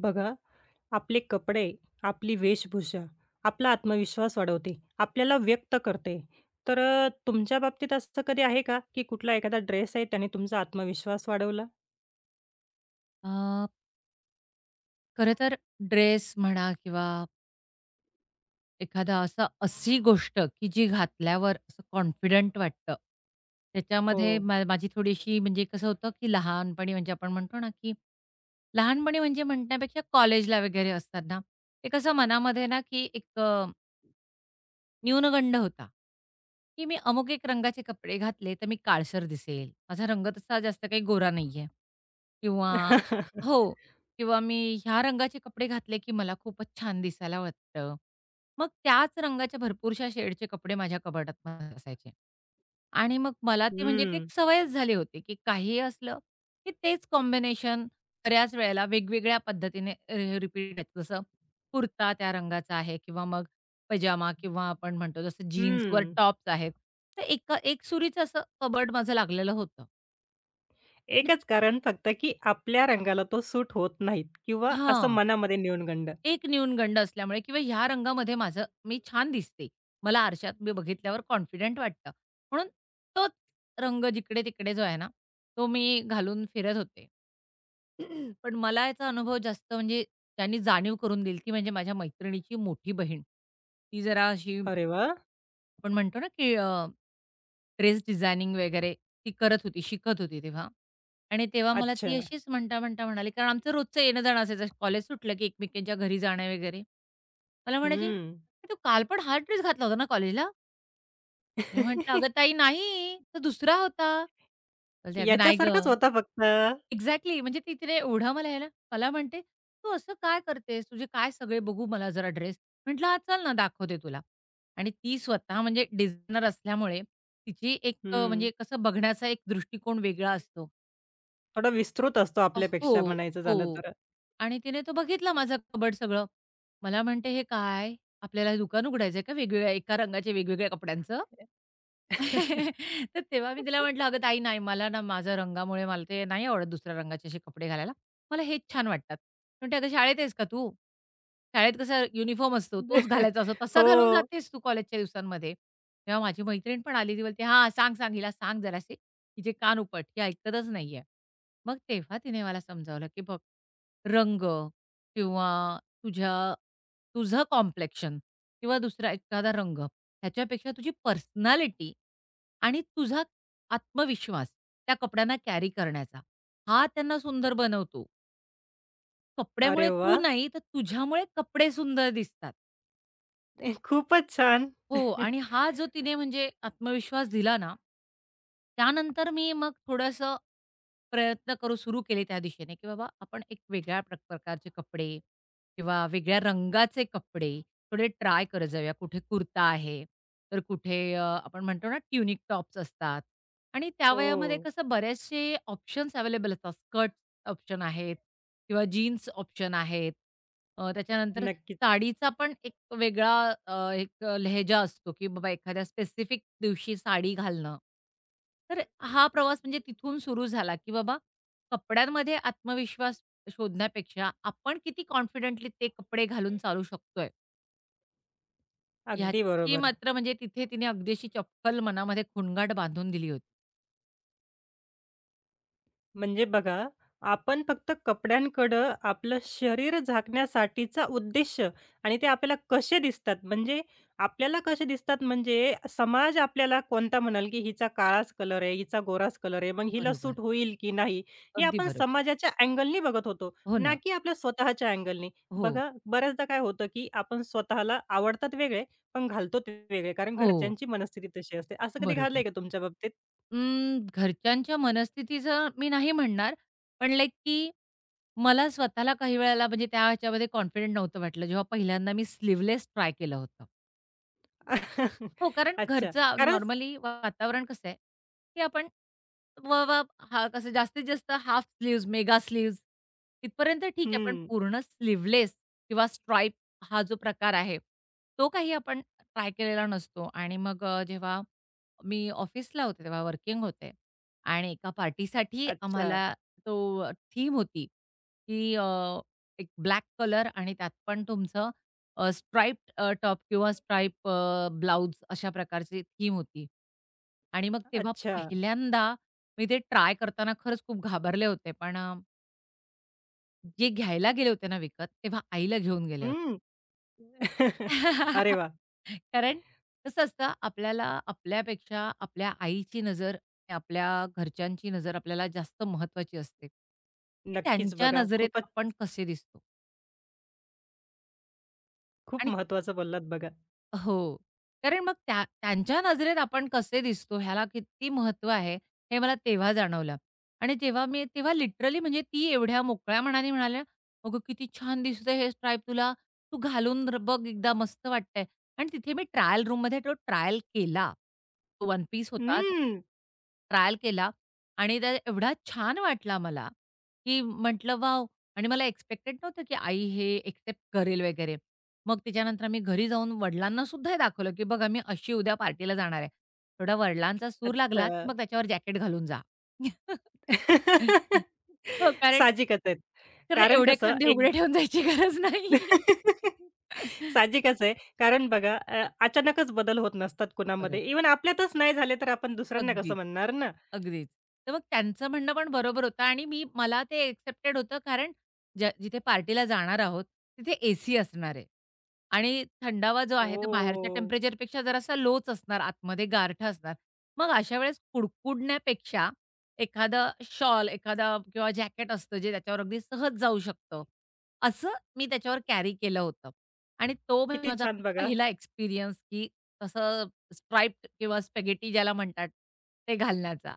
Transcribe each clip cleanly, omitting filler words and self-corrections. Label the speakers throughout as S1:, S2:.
S1: बघा, आपले कपडे, आपली वेशभूषा, आपला आत्मविश्वास वाढवते, आपल्याला व्यक्त करते. तर तुमच्या बाबतीत असं कधी आहे का, की कुठला एखादा ड्रेस आहे त्याने तुमचा आत्मविश्वास वाढवला?
S2: अ, खरं तर ड्रेस म्हणा किंवा एखादा अशी गोष्ट, की जी घातल्यावर असं कॉन्फिडंट वाटतं. त्याच्यामध्ये
S1: हो.
S2: माझी थोडीशी म्हणजे कसं होतं, की लहानपणी म्हणजे आपण म्हणतो ना, की लहानपणी म्हणजे म्हणण्यापेक्षा कॉलेजला वगैरे असताना, एक असं मनामध्ये ना, की एक न्यूनगंड होता, की मी अमुक एक रंगाचे कपडे घातले, तर मी काळसर दिसेल. माझा रंग तसा जास्त काही गोरा नाहीये किंवा हो किंवा मी ह्या रंगाचे कपडे घातले, की मला खूपच छान दिसायला वाटतं. मग त्याच रंगाच्या भरपूरशा शेडचे कपडे माझ्या कपाटात असायचे. आणि मग मला ते म्हणजे ते
S1: हं,
S2: एक सवयच झाली होती, की काहीही असलं, की तेच कॉम्बिनेशन बऱ्याच वेळेला वेगवेगळ्या पद्धतीने रिपीट व्हायचं. जसं कुर्ता त्या रंगाचा आहे किंवा मग पजामा किंवा आपण म्हणतो जसं जीन्सवर
S1: हं.
S2: टॉप्स आहेत. तर एका एकसुरीचं असं कबर्ड माझं लागलेलं होतं. आणि
S1: एकच कारण फक्त, की आपल्या रंगाला तो सूट होत नाहीत किंवा असं
S2: हां,
S1: मनामध्ये न्यूनगंड.
S2: एक न्यूनगंड असल्यामुळे किंवा ह्या रंगामध्ये माझं मी छान दिसते. मला आरशात मी बघितल्यावर कॉन्फिडंट वाटतं. म्हणून तोच रंग जिकडे-तिकडे जो आहे ना, तो मी घालून फिरत होते. पण मला याचा अनुभव जास्त म्हणजे त्यांनी जाणीव करून दिली, ती म्हणजे माझ्या मैत्रिणीची मोठी बहीण. ती जरा अशी
S1: अरे वाह!
S2: आपण म्हणतो ना, की ड्रेस डिझायनिंग वगैरे ती करत होती, शिकत होती तेव्हा. आणि तेव्हा मला
S1: अच्छा.
S2: ती अशीच म्हणता-म्हणता म्हणाली, कारण आमचं रोजचं येणं-जाणं असायचं. कॉलेज सुटलं की एकमेकींच्या घरी जाणं वगैरे. मला म्हणायची,
S1: हं.
S2: "तू काल पण हाच ड्रेस घातला होता ना कॉलेजला?" मी म्हटलं, "अगं ताई नाही, तो दुसरा होता." बोलते, "अगं नाही
S1: याच्यासारखाच
S2: गं."
S1: होता फक्त.
S2: एक्झॅक्टली. म्हणजे ती तिला एवढा मला यायला मला म्हणते, "तू असं काय करतेस? तुझे काय सगळे बघू मला जरा ड्रेस." म्हटलं, "हां, चल ना दाखवते तुला." आणि ती स्वतः म्हणजे डिझायनर असल्यामुळे तिची एक
S1: हं.
S2: म्हणजे कसं बघण्याचा एक दृष्टिकोन वेगळा असतो.
S1: थोडा विस्तृत असतो आपल्यापेक्षा
S2: हो,
S1: म्हणायचं झालं
S2: हो.
S1: तर.
S2: आणि तिने तो बघितला माझा कबर्ड सगळं. मला म्हणते, "हे काय? आपल्याला हे दुकान उघडायचंय का वेगवेगळ्या एका रंगाचे वेगवेगळ्या कपड्यांचं?" तर तेव्हा मी तिला म्हटलं, "अगं ताई नाही, मला ना माझ्या रंगामुळे मला ते नाही आवडत दुसऱ्या रंगाचे असे कपडे घालायला. मला हेच छान वाटतात." म्हणते, "अगं शाळेत आहेस का तू? शाळेत कसा युनिफॉर्म असतो, तोच घालायचा असतो. तसा घालून
S1: हो.
S2: जातेस तू कॉलेजच्या दिवसांमध्ये." तेव्हा माझी मैत्रीण पण आली. ती बोलते, "हां, सांग, सांग हिला सांग जराशी. हिचे कान उपट. ही ऐकतच नाहीये." मग तेव्हा तिने मला समजावलं, की "बघ" रंग किंवा तुझ्या तुझं कॉम्प्लेक्शन किंवा दुसरा एखादा रंग ह्याच्यापेक्षा तुझी पर्सनॅलिटी आणि तुझा आत्मविश्वास त्या कपड्यांना कॅरी करण्याचा, हा त्यांना सुंदर बनवतो.
S1: अरे
S2: कपड्यामुळे तू
S1: वाह!
S2: नाही, तर तुझ्यामुळे कपडे सुंदर दिसतात.
S1: खूपच छान.
S2: हो आणि हा जो तिने म्हणजे आत्मविश्वास दिला ना, त्यानंतर मी मग थोडंसं प्रयत्न करू सुरू केले त्या दिशेने, की बाबा आपण एक वेगळ्या प्रकारचे कपडे किंवा वेगळ्या रंगाचे कपडे थोडे ट्राय करत जाऊया. कुठे कुर्ता आहे, तर कुठे आपण म्हणतो ना ट्युनिक टॉप्स असतात आणि त्या वयामध्ये
S1: हो.
S2: कसं बरेचसे ऑप्शन्स अवेलेबल असतात. स्कर्ट ऑप्शन आहेत किंवा जीन्स ऑप्शन आहेत. त्याच्यानंतर
S1: नक्कीच.
S2: साडीचा पण एक वेगळा एक लहेजा असतो, की बाबा एखाद्या स्पेसिफिक दिवशी साडी घालणं. तर हा प्रवास म्हणजे तिथून सुरू झाला, की बाबा कपड्यांमध्ये आत्मविश्वास शोधण्यापेक्षा आपण किती कॉन्फिडेंटली ते कपडे घालून चालू शकतोय,
S1: अगदी
S2: ह्याची
S1: बरोबर.
S2: मात्र म्हणजे तिथे तिने अगदी चपखल मनामध्ये खोंगाट बांधून दिली होती.
S1: म्हणजे बघा, आपण फक्त कपड्यांकडं आपलं शरीर झाकण्यासाठीचा उद्देश आणि ते आपल्याला कसे दिसतात, म्हणजे आपल्याला कसे दिसतात म्हणजे समाज आपल्याला कोणता म्हणाल, की हिचा काळाच कलर आहे, हिचा गोराच कलर आहे, मग हिला
S2: बरोबर.
S1: सूट होईल की नाही, हे
S2: अगदी
S1: आपण
S2: बरोबर.
S1: समाजाच्या अँगलनी बघत होतो,
S2: हो
S1: ना
S2: ना.
S1: की आपल्या स्वतःच्या अँगलनी.
S2: हो.
S1: बघा, बऱ्याचदा काय होतं, की आपण स्वतःला आवडतात वेगळे, पण घालतो ते वेगळे, कारण
S2: हो.
S1: घरच्यांची मनस्थिती तशी असते. असं कधी घाललंय
S2: बरोबर.
S1: का तुमच्या बाबतीत?
S2: घरच्यांच्या मनस्थितीचं मी नाही म्हणणार, पण लाइक की मला स्वतःला काही वेळेला म्हणजे त्या ह्याच्यामध्ये कॉन्फिडंट नव्हतं वाटलं, जेव्हा पहिल्यांदा मी स्लीव्हलेस ट्राय केलं होतं. हो, कारण
S1: अच्छा,
S2: घरचं
S1: कारण
S2: नॉर्मली वातावरण कसं आहे, की आपण व व हा कसं जास्तीत जास्त हाफ स्लीव्हज, मेगा स्लीव्हज इथपर्यंत ठीक आहे. पण
S1: हं.
S2: पूर्ण स्लीव्हलेस किंवा स्ट्राइप हा जो प्रकार आहे, तो काही आपण ट्राय केलेला नसतो. आणि मग जेव्हा मी ऑफिसला होते, तेव्हा वर्किंग होते आणि एका पार्टीसाठी
S1: अच्छा,
S2: आम्हाला तो थीम होती, की एक ब्लॅक कलर आणि त्यात पण तुमचं स्ट्राइप्ड टॉप किंवा स्ट्राइप ब्लाउज अशा प्रकारची थीम होती. आणि मग तेव्हा
S1: अच्छा.
S2: पहिल्यांदा मी ते ट्राय करताना खरंच खूप घाबरले होते. पण जे घ्यायला गेले होते ना विकत, तेव्हा आईला घेऊन गेले होते.
S1: हं. अरे वाह!
S2: कारण कसं असतं आपल्याला आपल्यापेक्षा आपल्या आईची नजर, आपल्या घरच्यांची नजर आपल्याला जास्त महत्त्वाची असते, की
S1: नक्कीच
S2: त्यांच्या
S1: बघा.
S2: नजरेत
S1: खूपच
S2: आपण कसे दिसतो.
S1: खूप
S2: आणि
S1: महत्त्वाचं बोललात बघा.
S2: हो. कारण मग त्या त्यांच्या नजरेत आपण कसे दिसतो ह्याला किती महत्त्व आहे, हे मला तेव्हा जाणवलं. आणि तेव्हा मी तेव्हा लिटरली म्हणजे ती एवढ्या मोकळ्या मनाने म्हणाल्या, "अगं किती छान दिसतंय हेअर स्ट्राइप तुला. तू घालून बघ एकदा मस्त वाटतंय." आणि तिथे मी ट्रायल रूममध्ये तो ट्रायल केला. तो वन पीस होता.
S1: हं.
S2: ट्रायल केला आणि त्या एवढा छान वाटला मला, की म्हटलं, "वॉव!" आणि मला एक्स्पेक्टेड नव्हतं, की आई हे एक्सेप्ट करेल वगैरे. मग त्याच्यानंतर आम्ही घरी जाऊन वडिलांना सुद्धा हे दाखवलं, की बघा मी अशी उद्या पार्टीला जाणार आहे. थोडा वडिलांचा सूर
S1: अच्छा.
S2: लागला, की मग त्याच्यावर जॅकेट घालून जा. हो, कारण
S1: साहजिकच आहे.
S2: कारण
S1: कारण
S2: एवढे
S1: कसं
S2: खांदे
S1: एक
S2: उघडे ठेवून जायची गरज नाही.
S1: साहजिकच आहे. कारण बघा अचानकच बदल होत नसतात कुणामध्ये.
S2: बरोबर.
S1: इव्हन आपल्यातच नाही झाले तर आपण दुसऱ्यांना कसं
S2: अगदीच.
S1: म्हणणार ना?
S2: अगदीच. तर मग त्यांचं म्हणणं पण बरोबर होतं आणि मी मला ते एक्सेप्टेड होतं कारण जिथे पार्टीला जाणार आहोत, तिथे एसी असणार आहे आणि थंडावा जो आहे, तो बाहेरच्या
S1: ओह!
S2: टेम्परेचरपेक्षा जरासा लोच असणार, आतमध्ये गारठा असणार. मग अशा वेळेस कुडकुडण्यापेक्षा एखादा शॉल, एखादा किंवा जॅकेट असतं, जे त्याच्यावर अगदी सहज जाऊ शकतं. असं मी त्याच्यावर कॅरी केलं होतं आणि तो म्हणजे
S1: किती
S2: माझा
S1: छान बघा.
S2: पहिला एक्सपिरियन्स, की तसं स्ट्राइप्ड किंवा स्पॅगेटी ज्याला म्हणतात, ते घालण्याचा.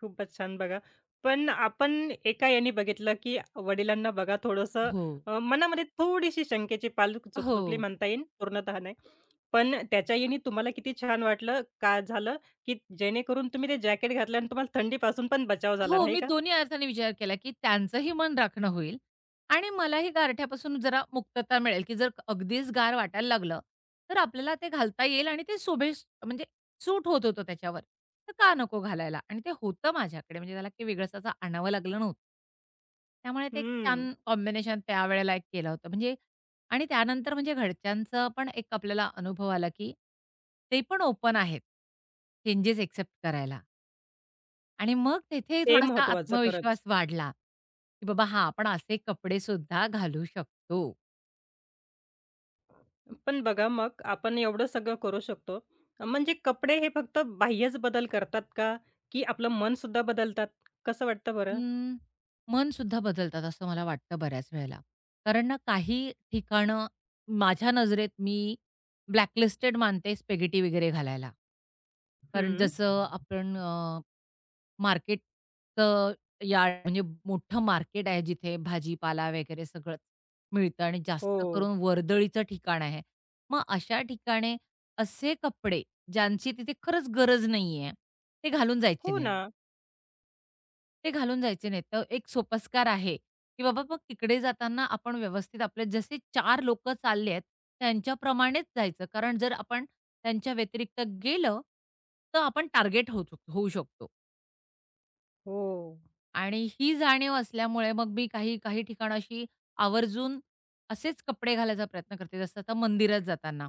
S1: खूपच छान बघा. पण आपण एका याने बघितलं, की वडिलांना बघा थोडंसं
S2: हो.
S1: मनामध्ये थोडीशी शंकेची पाल
S2: हो.
S1: चुकली म्हणता येईल, पूर्णतः नाही. पण त्याच्या याने तुम्हाला किती छान वाटलं का झालं, की जेणेकरून तुम्ही ते जॅकेट घातलं आणि तुम्हाला थंडीपासून पण बचाव झाला
S2: हो,
S1: नाही
S2: मी
S1: का?
S2: दोन्ही अर्थाने विचार केला, की त्यांचंही मन राखणं होईल आणि मलाही गारठ्यापासून जरा मुक्तता मिळेल, की जर अगदीच गार वाटायला लागलं, तर आपल्याला ते घालता येईल आणि ते शोभेस म्हणजे सूट होत होतं त्याच्यावर. तर का नको घालायला? आणि ते होतं माझ्याकडे म्हणजे त्याला काही वेगळंच असं आणावं लागलं नव्हतं. त्यामुळे ते एक
S1: हं,
S2: छान कॉम्बिनेशन त्यावेळेला एक केलं होतं. म्हणजे आणि त्यानंतर म्हणजे घरच्यांचं पण एक आपल्याला अनुभव आला, की ते पण ओपन आहेत चेंजेस एक्सेप्ट करायला. आणि मग तेथे
S1: ते
S2: थोडासा
S1: महत्त्वाचं खरंच.
S2: आत्मविश्वास वाढला, की बाबा हां, आपण असे कपडे सुद्धा घालू शकतो.
S1: पण बघा मग आपण एवढं सगळं करू शकतो. म्हणजे कपडे हे फक्त बाह्यच बदल करतात का? की आपलं मन सुद्धा बदलतात? कसं वाटतं बरं?
S2: हं. मन सुद्धा बदलतात असं मला वाटतं बऱ्याच वेळेला. कारण ना काही ठिकाणं माझ्या नजरेत मी ब्लॅकलिस्टेड मानते स्पेगेटी वगैरे घालायला. कारण
S1: हं.
S2: जसं आपण मार्केटचं यार्ड म्हणजे मोठं मार्केट आहे जिथे भाजीपाला वगैरे सगळंच मिळतं आणि जास्त
S1: हो.
S2: करून वर्दळीचं ठिकाण आहे. मग अशा ठिकाणी असे कपडे ज्यांची तिथे खरंच गरज नाहीये, ते घालून जायचे
S1: हो ना.
S2: नाहीत. ते घालून जायचे नाहीत. तर एक सोपस्कार आहे, की बाबा मग तिकडे जाताना आपण व्यवस्थित आपले जसे 4 लोकं चालले आहेत, त्यांच्याप्रमाणेच जायचं. कारण जर आपण त्यांच्या व्यतिरिक्त गेलं, तर आपण टार्गेट होऊ शकतो.
S1: हो,
S2: आणि ही जाणीव असल्यामुळे मग मी काही काही ठिकाणं अशी आवर्जून असेच कपडे घालायचा प्रयत्न करते. जसं आता मंदिरात जाताना.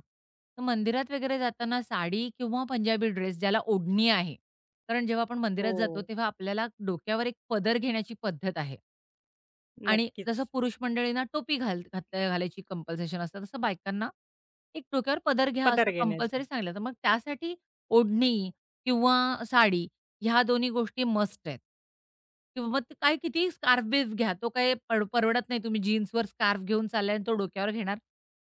S2: तर मंदिरात वगैरे जाताना साडी किंवा पंजाबी ड्रेस ज्याला ओढणी आहे. कारण जेव्हा आपण मंदिरात जातो,
S1: हो.
S2: तेव्हा आपल्याला डोक्यावर एक पदर घेण्याची पद्धत आहे. आणि
S1: नक्कीच.
S2: जसं पुरुष मंडळींना टोपी घालायची कंपल्सेशन असतं, तसं बायकांना एक डोक्यावर पदर घ्या
S1: पदर
S2: असं कंपल्सरी
S1: घेण्याचे.
S2: सांगितलं. तर मग त्यासाठी ओढणी किंवा साडी ह्या दोन्ही गोष्टी मस्ट आहेत. किंवा मग ते काय कितीही स्कार्फ-बिर्फ घ्या. तो काही परवडत नाही. तुम्ही जीन्सवर स्कार्फ घेऊन चाललाय आणि तो डोक्यावर घेणार.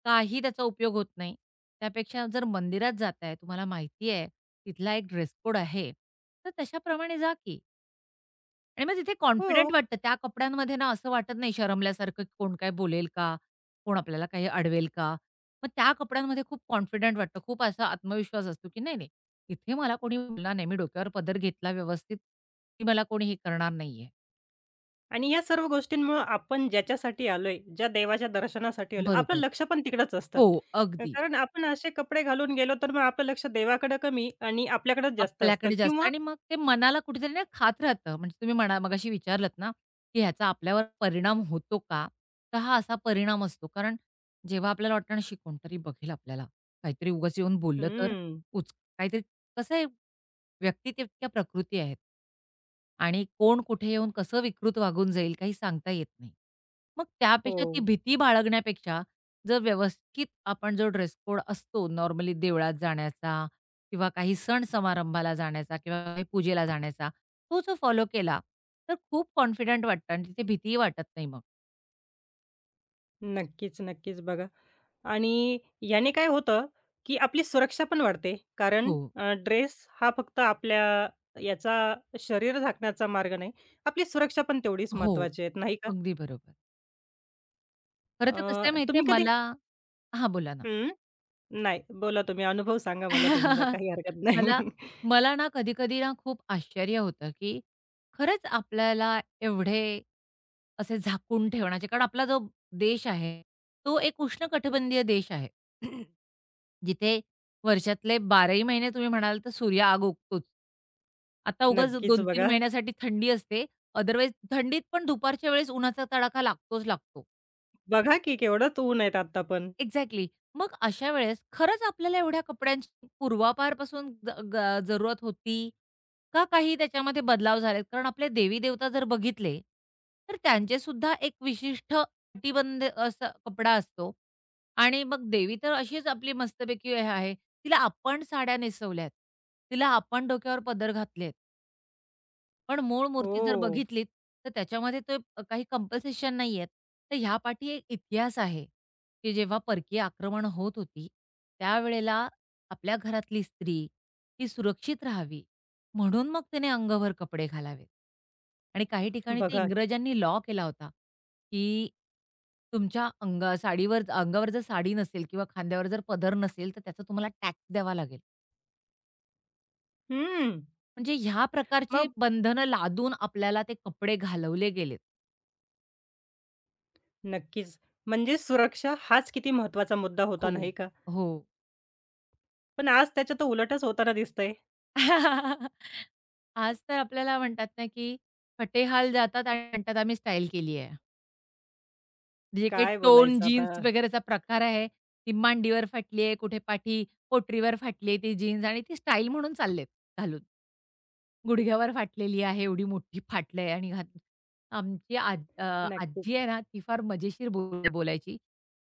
S2: काही त्याचा उपयोग होत नाही. त्यापेक्षा जर मंदिरात जाताय, तुम्हाला माहिती आहे, तिथला एक ड्रेस कोड आहे, तर तशाप्रमाणे जा की. आणि मग तिथे
S1: हो.
S2: कॉन्फिडंट
S1: हो.
S2: वाटतं. त्या कपड्यांमध्ये ना असं वाटत नाही शरमल्यासारखं, की कोण काय बोलेल का? कोण आपल्याला काही अडवेल का? मग त्या कपड्यांमध्ये खूप कॉन्फिडंट वाटतं. खूप असा आत्मविश्वास असतो, की नाही, नाही, इथे मला कोणी बोलणार नाही. मी डोक्यावर पदर घेतला व्यवस्थित, की मला कोणी हे करणार नाहीये.
S1: आणि या सर्व गोष्टींमुळं आपण ज्याच्यासाठी आलोय, ज्या देवाच्या दर्शनासाठी आलोय, आपलं
S2: बरोबर.
S1: लक्ष पण तिकडंच असतात.
S2: हो, अगदी.
S1: कारण आपण असे कपडे घालून गेलो, तर मग आपलं लक्ष देवाकडे कमी आणि आपल्याकडंच जास्त असतं
S2: आपल्याकडे जास्त
S1: किंवा
S2: आणि मग ते मनाला कुठेतरी ना खात राहतं. म्हणजे तुम्ही म्हणा मगाशी विचारलत ना, की ह्याचा आपल्यावर परिणाम होतो का? तर हा असा परिणाम असतो. कारण जेव्हा आपल्याला वाटतं ना, "शी कोणतरी बघेल आपल्याला, काहीतरी उगाच येऊन बोललं तर
S1: हं.
S2: उच" काहीतरी कसं आहे, व्यक्ती तितक्या प्रकृती आहेत. आणि कोण कुठे येऊन कसं विकृत वागून जाईल काही सांगता येत नाही. मग
S1: हो.
S2: त्यापेक्षा ती भीती बाळगण्यापेक्षा जर व्यवस्थित आपण जो ड्रेस कोड असतो नॉर्मली देवळात जाण्याचा किंवा काही सण-समारंभाला जाण्याचा किंवा काही पूजेला जाण्याचा, तो जर फॉलो केला, तर खूप कॉन्फिडंट वाटतं आणि तिथे भीतीही वाटत नाही मग.
S1: नक्कीच, नक्कीच बघा. आणि याने काय होतं, की आपली सुरक्षा पण वाढते. कारण
S2: हो,
S1: ड्रेस हा फक्त आपल्या याचा शरीर झाकण्याचा मार्ग नाही. आपली सुरक्षा पण तेवढीच
S2: हो.
S1: महत्त्वाची आहे, नाही का?
S2: अगदी बरोबर. खरं तर कसं आहे
S1: अ,
S2: माहिती
S1: तुम्ही कधी
S2: मला हां, बोला ना.
S1: हं, नाही. बोला तुम्ही अनुभव सांगा मला तुमचा, काही हरकत नाही.
S2: मला मला ना कधी-कधी ना खूप आश्चर्य होतं, की खरंच आपल्याला एवढे असे झाकून ठेवण्याचे कारण आपला जो देश आहे, तो एक उष्णकटिबंधीय देश आहे. जिथे वर्षातले 12ही महिने तुम्ही म्हणाल तर सूर्य आग उगतोच. आता उगाच
S1: नक्कीच
S2: 2-3
S1: बघा.
S2: महिन्यासाठी थंडी असते. अदरवाईज थंडीत पण दुपारच्या वेळेस उन्हाचा तडाखा लागतोच लागतो.
S1: बघा की केवढंच ऊन आहेत आता पण.
S2: एक्झॅक्टली. मग अशा वेळेस खरंच आपल्याला एवढ्या कपड्यांची पूर्वापारपासून ज ग जरूरत होती, का काही त्याच्यामध्ये बदलाव झालेत? कारण आपले देवी-देवता जर बघितले, तर त्यांचे सुद्धा एक विशिष्ट अटीबंध असा कपडा असतो आणि मग देवी तर अशीच आपली मस्तपैकी हे आहे. तिला आपण साड्या नेसवल्यात, तिला आपण डोक्यावर पदर घातलेत. पण मूळ मूर्ती जर
S1: हो,
S2: बघितलीत, तर त्याच्यामध्ये ते काही कंपल्सेशन नाहीयेत. तर ह्यापाठी एक इतिहास आहे, की जेव्हा परकीय आक्रमण होत होती, त्यावेळेला आपल्या घरातली स्त्री ही सुरक्षित राहावी, म्हणून मग तिने अंगभर कपडे घालावेत. आणि काही ठिकाणी ते
S1: बघा.
S2: इंग्रजांनी लॉ केला होता, की तुमच्या अंग साडीवर अंगावर जर साडी नसेल किंवा खांद्यावर जर पदर नसेल, तर त्याचा तुम्हाला टॅक्स द्यावा लागेल.
S1: हं,
S2: म्हणजे ह्या प्रकारची
S1: मग
S2: बंधनं लादून आपल्याला ते कपडे घालवले गेलेत.
S1: नक्कीच. म्हणजे सुरक्षा हाच किती महत्वाचा मुद्दा होता,
S2: हो.
S1: नाही का?
S2: हो.
S1: पण आज त्याच्या तर उलटच होताना दिसतंय.
S2: आज तर आपल्याला म्हणतात ना, की फटेहाल जातात आणि म्हणतात आम्ही स्टाईल केली आहे. जे काही
S1: काय
S2: टोन
S1: बोलायचं आता?
S2: जीन्स वगैरेचा प्रकार आहे, ती मांडीवर फाटली आहे, कुठे पाठी पोटरीवर फाटली आहे ती जीन्स आणि ती स्टाईल म्हणून चाललेत घालून. गुडघ्यावर फाटलेली आहे, एवढी मोठी फाटलंय आणि घात आमची आज आजी
S1: नक्कीच.
S2: आहे ना, ती फार मजेशीर बोलायची,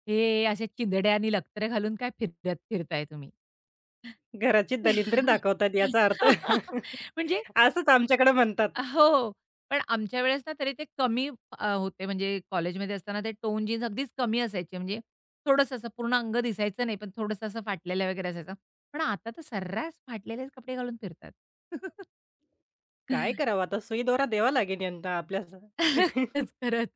S2: "हे असे चिंधड्या आणि लक्तरे घालून काय फिरत फिरताय तुम्ही?"
S1: घराची दलिंद्रे दाखवतात याचा अर्थ
S2: म्हणजे
S1: असंच आमच्याकडे म्हणतात.
S2: हो, पण आमच्या वेळेस ना तरी ते कमी होते म्हणजे कॉलेजमध्ये असताना ते टोन जीन्स अगदीच कमी असायचे म्हणजे थोडंसं असं पूर्ण अंग दिसायचं नाही, पण थोडंसं असं फाटलेलं वगैरे असायचं. पण आता तर सर्रास फाटलेलेच कपडे घालून फिरतात.
S1: काय करावं आता? सुईदोरा द्यावा लागेल यांना आपल्याला.
S2: खरंच, खरंच.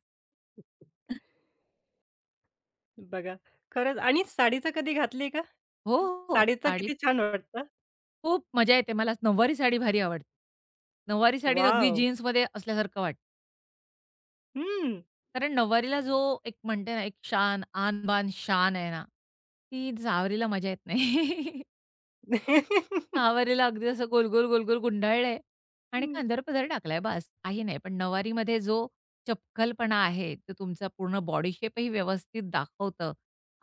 S1: बघा. खरंच आणि साडीचं कधी घातली का?
S2: हो, हो. हो.
S1: साडीचं
S2: साडी
S1: किती छान वाटतं.
S2: खूप मजा येते. मला नऊवारी साडी भारी आवडते. नऊवारी साडीत अगदी
S1: वॉव!
S2: जीन्समध्ये असल्यासारखं वाटतं.
S1: हं.
S2: कारण नऊवारीला जो एक म्हणते ना, एक शान, आन-बान शान आहे ना, ती सहावारीला मजा येत नाही. नावारीला अगदी असं गोल-गोल, गोल-गोल गुंडाळलंय आणि खांद्यावर पदर टाकलाय बास. काही नाही. पण नवारीमध्ये जो चपखलपणा आहे, तो तुमचा पूर्ण बॉडी शेपही व्यवस्थित दाखवतं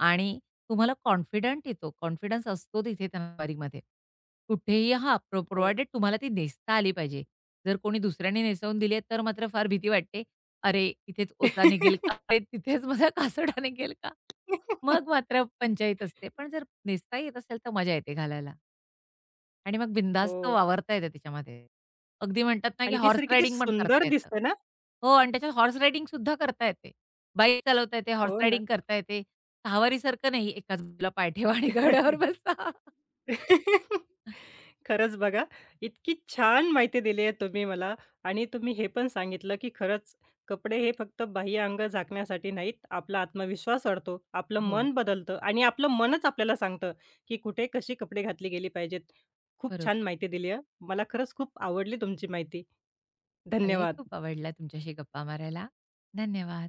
S2: आणि तुम्हाला कॉन्फिडंट येतो. कॉन्फिडन्स असतो तिथे त्या नवारीमध्ये. कुठेही हां,
S1: हो.
S2: प्रोव्हायडेड तुम्हाला ती नेसता आली पाहिजे. जर कोणी दुसऱ्याने नेसवून दिली आहे, तर मात्र फार भीती वाटते. "अरे, इथेच ओचा निघेल का? अरे, तिथेच माझा कासोटा निघेल का?" मग मात्र पंचाईत असते. पण जर नेसता येत असेल, तर मजा येते घालायला. आणि मग बिनधास्त
S1: हो.
S2: वावरता येतं त्याच्यामध्ये. अगदी म्हणतात ना, की
S1: आणि ती
S2: हॉर्स
S1: सर किती
S2: रायडिंग पण
S1: सुंदर
S2: करता येतं.
S1: दिसते ना?
S2: हो आणि त्याच्यात हॉर्स रायडिंग सुद्धा करता येते. बाईक चालवता येते, हॉर्स
S1: हो ना.
S2: रायडिंग करता येते. सहावारीसारखं नाही, एकाच बाजूला पाय ठेवा आणि घोड्यावर बसा.
S1: खरंच बघा, इतकी छान माहिती दिली आहे तुम्ही मला आणि तुम्ही हे पण सांगितलं, की खरंच कपडे हे फक्त बाह्य अंग झाकण्यासाठी नाहीत. आपला आत्मविश्वास वाढतो, आपलं
S2: हो,
S1: मन बदलतं आणि आपलं मनच आपल्याला सांगतं, की कुठे कशी कपडे घातली गेली पाहिजेत. खूप छान
S2: बरोबर.
S1: माहिती दिली आहे. मला खरंच खूप आवडली तुमची माहिती.
S2: मलाही
S1: धन्यवाद.
S2: खूप आवडला तुमच्याशी गप्पा मारायला. धन्यवाद.